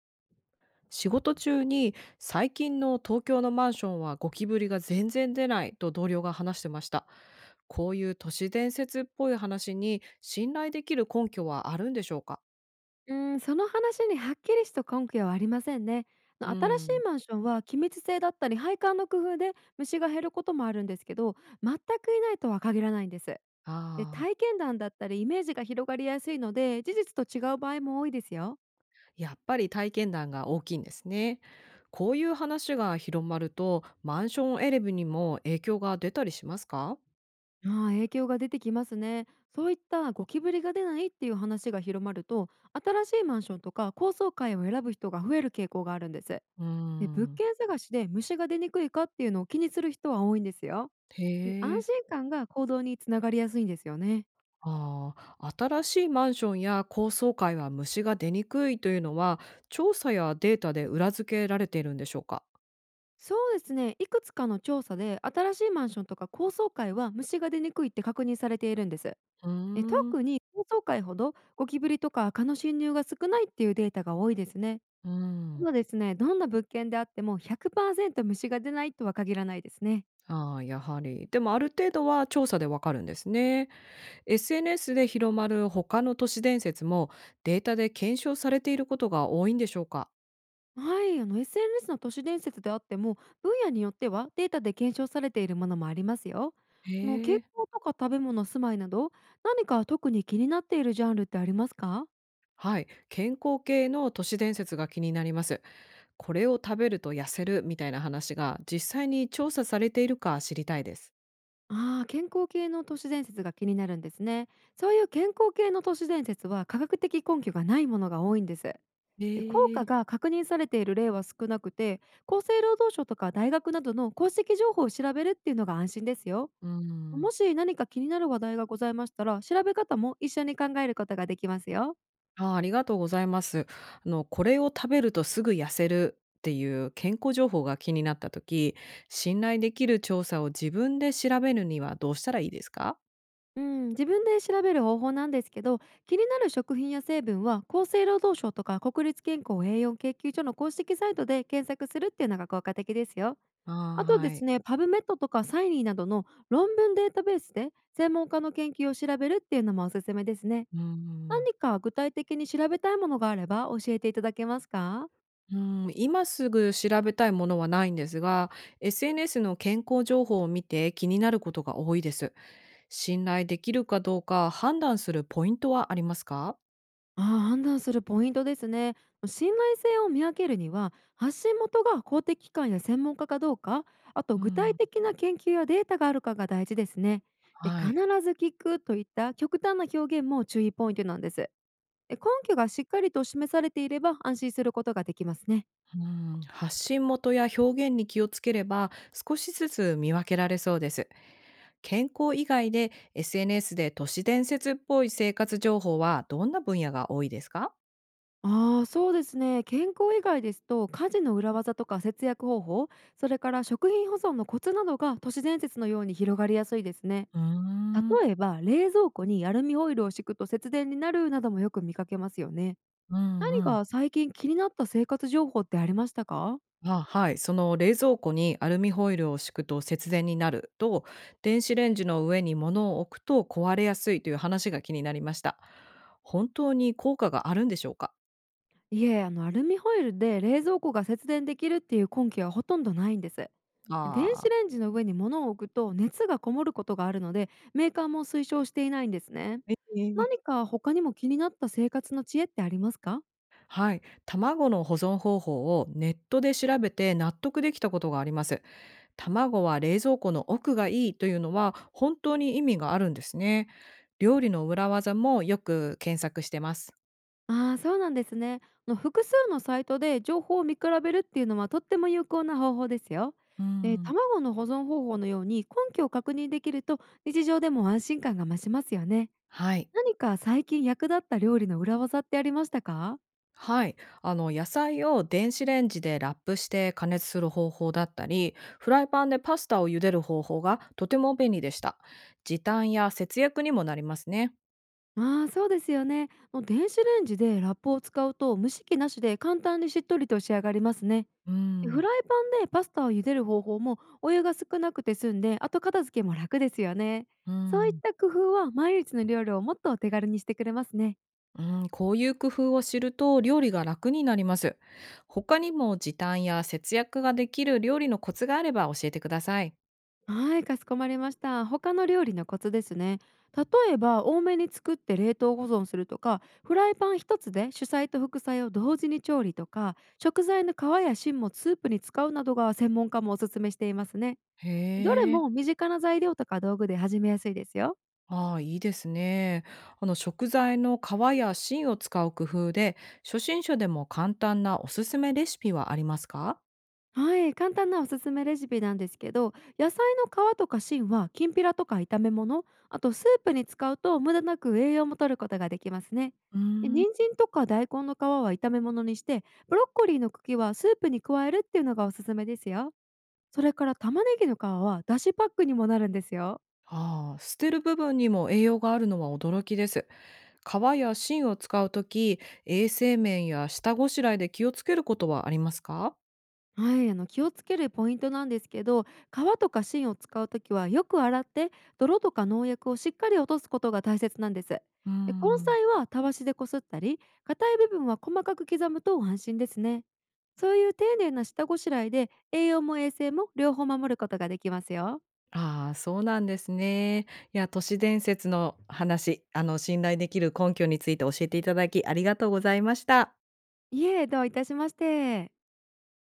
仕事中に最近の東京のマンションはゴキブリが全然出ないと同僚が話してました。こういう都市伝説っぽい話に信頼できる根拠はあるんでしょうか。うん、その話にはっきりした根拠はありませんね。あうの新しん。いマンションは気密性だったり配管の工夫で虫が減ることもあるんですけど、全くいないとは限らないんです。で、ああ、体験談だったりイメージが広がりやすいので、事実と違う場合も多いですよ。やっぱり体験談が大きいんですね。こういう話が広まるとマンションエレブにも影響が出たりしますか。ああ、影響が出てきますね。そういったゴキブリが出ないっていう話が広まると、新しいマンションとか高層階を選ぶ人が増える傾向があるんです。うで、物ん。件探しで虫が出にくいかっていうのを気にする人は多いんですよ。へで、安え。心感が行動につながりやすいんですよね。ああ、新しいマンションや高層階は虫が出にくいというのは、調査やデータで裏付けられているんでしょうか？そうですね、いくつかの調査で新しいマンションとか高層階は虫が出にくいって確認されているんです。うーん。特に高層階ほどゴキブリとか蚊の侵入が少ないっていうデータが多いですね。うたん、だですね、どんな物件であっても100%虫が出ないとは限らないですね。ああ、やはり。でもある程度は調査でわかるんですね。SNS で広まる他の都市伝説も、データで検証されていることが多いんでしょうか？はい、あの SNS の都市伝説であっても、分野によってはデータで検証されているものもありますよ。へあの、健え、康とか食べ物、住まいなど、何か特に気になっているジャンルってありますか？はい、健康系の都市伝説が気になります。これを食べると痩せるみたいな話が、実際に調査されているか知りたいです。ああー、健康系の都市伝説が気になるんですね。そういう健康系の都市伝説は科学的根拠がないものが多いんです。で、効ええ。果が確認されている例は少なくて、厚生労働省とか大学などの公式情報を調べるっていうのが安心ですよ。うーん。もし何か気になる話題がございましたら、調べ方も一緒に考えることができますよ。ああ、ありがとうございます。これを食べるとすぐ痩せるっていう健康情報が気になった時、信頼できる調査を自分で調べるにはどうしたらいいですか？うん、自分で調べる方法なんですけど、気になる食品や成分は厚生労働省とか国立健康栄養研究所の公式サイトで検索するっていうのが効果的ですよ。あああー、とではすい。ね、パブメットとかサイニーなどの論文データベースで専門家の研究を調べるっていうのもおすすめですね。うーん。何か具体的に調べたいものがあれば教えていただけますか？うーん、今すぐ調べたいものはないんですが、SNS の健康情報を見て気になることが多いです。信頼できるかどうか判断するポイントはありますか？ああ、判断するポイントですね。信頼性を見分けるには、発信元が公的機関や専門家かどうか、あとう具体ん、的な研究やデータがあるかが大事ですね。で、は必い。ず聞くといった極端な表現も注意ポイントなんです。で、根拠がしっかりと示されていれば安心することができますね。うん、発信元や表現に気をつければ少しずつ見分けられそうです。健康以外で SNS で都市伝説っぽい生活情報はどんな分野が多いですか。ああ、そうですね、健康以外ですと家事の裏技とか節約方法、それから食品保存のコツなどが都市伝説のように広がりやすいですね。うーん、例えば、冷蔵庫にアルミホイルを敷くと節電になるなどもよく見かけますよね。うん何うん。か最近気になった生活情報ってありましたか？あ、はい、その冷蔵庫にアルミホイルを敷くと節電になると電子レンジの上に物を置くと壊れやすいという話が気になりました。本当に効果があるんでしょうか。いえ、あのアルミホイルで冷蔵庫が節電できるっていう根拠はほとんどないんです。電子ああレンジの上に物を置くと熱がこもることがあるので、メーカーも推奨していないんですね。ー、え何え。か他にも気になった生活の知恵ってありますか？はい、卵の保存方法をネットで調べて納得できたことがあります。卵は冷蔵庫の奥がいいというのは本当に意味があるんですね。料理の裏技もよく検索してます。ああ、そうなんですね。あの複数のサイトで情報を見比べるっていうのはとっても有効な方法ですよ。うで、ん、卵の保存方法のように根拠を確認できると日常でも安心感が増しますよね。はい。何か最近役立った料理の裏技ってありましたか？はい。野菜を電子レンジでラップして加熱する方法だったり、フライパンでパスタを茹でる方法がとても便利でした。時短や節約にもなりますね。ああ、そうですよね。あの、電子レンジでラップを使うと蒸し器なしで簡単にしっとりと仕上がりますね。うフん。ライパンでパスタを茹でる方法もお湯が少なくて済んで、後片付けも楽ですよね。うそういっん。た工夫は毎日の料理をもっとお手軽にしてくれますね。うん、こういう工夫を知ると料理が楽になります。他にも時短や節約ができる料理のコツがあれば教えてください。はい、かしこまりました。他の料理のコツですね。例えば多めに作って冷凍保存するとか、フライパン一つで主菜と副菜を同時に調理とか、食材の皮や芯もスープに使うなどが専門家もおすすめしていますね。どれへえ。も身近な材料とか道具で始めやすいですよ。ああ、いいですね。食材の皮や芯を使う工夫で、初心者でも簡単なおすすめレシピはありますか。はい、簡単なおすすめレシピなんですけど、野菜の皮とか芯はきんぴらとか炒め物、あとスープに使うと無駄なく栄養も取ることができますね。うで、ーん。人参とか大根の皮は炒め物にして、ブロッコリーの茎はスープに加えるっていうのがおすすめですよ。それから玉ねぎの皮はだしパックにもなるんですよ。ああ、捨てる部分にも栄養があるのは驚きです。皮や芯を使うとき、衛生面や下ごしらえで気をつけることはありますか。はい、あの気をつけるポイントなんですけど、皮とか芯を使うときはよく洗って、泥とか農薬をしっかり落とすことが大切なんです。で、うー根ん。菜はたわしでこすったり、硬い部分は細かく刻むと安心ですね。そういう丁寧な下ごしらえで栄養も衛生も両方守ることができますよ。ああ、そうなんですね。いや、都市伝説の話、信頼できる根拠について教えていただき、ありがとうございました。いえ、どういたしまして。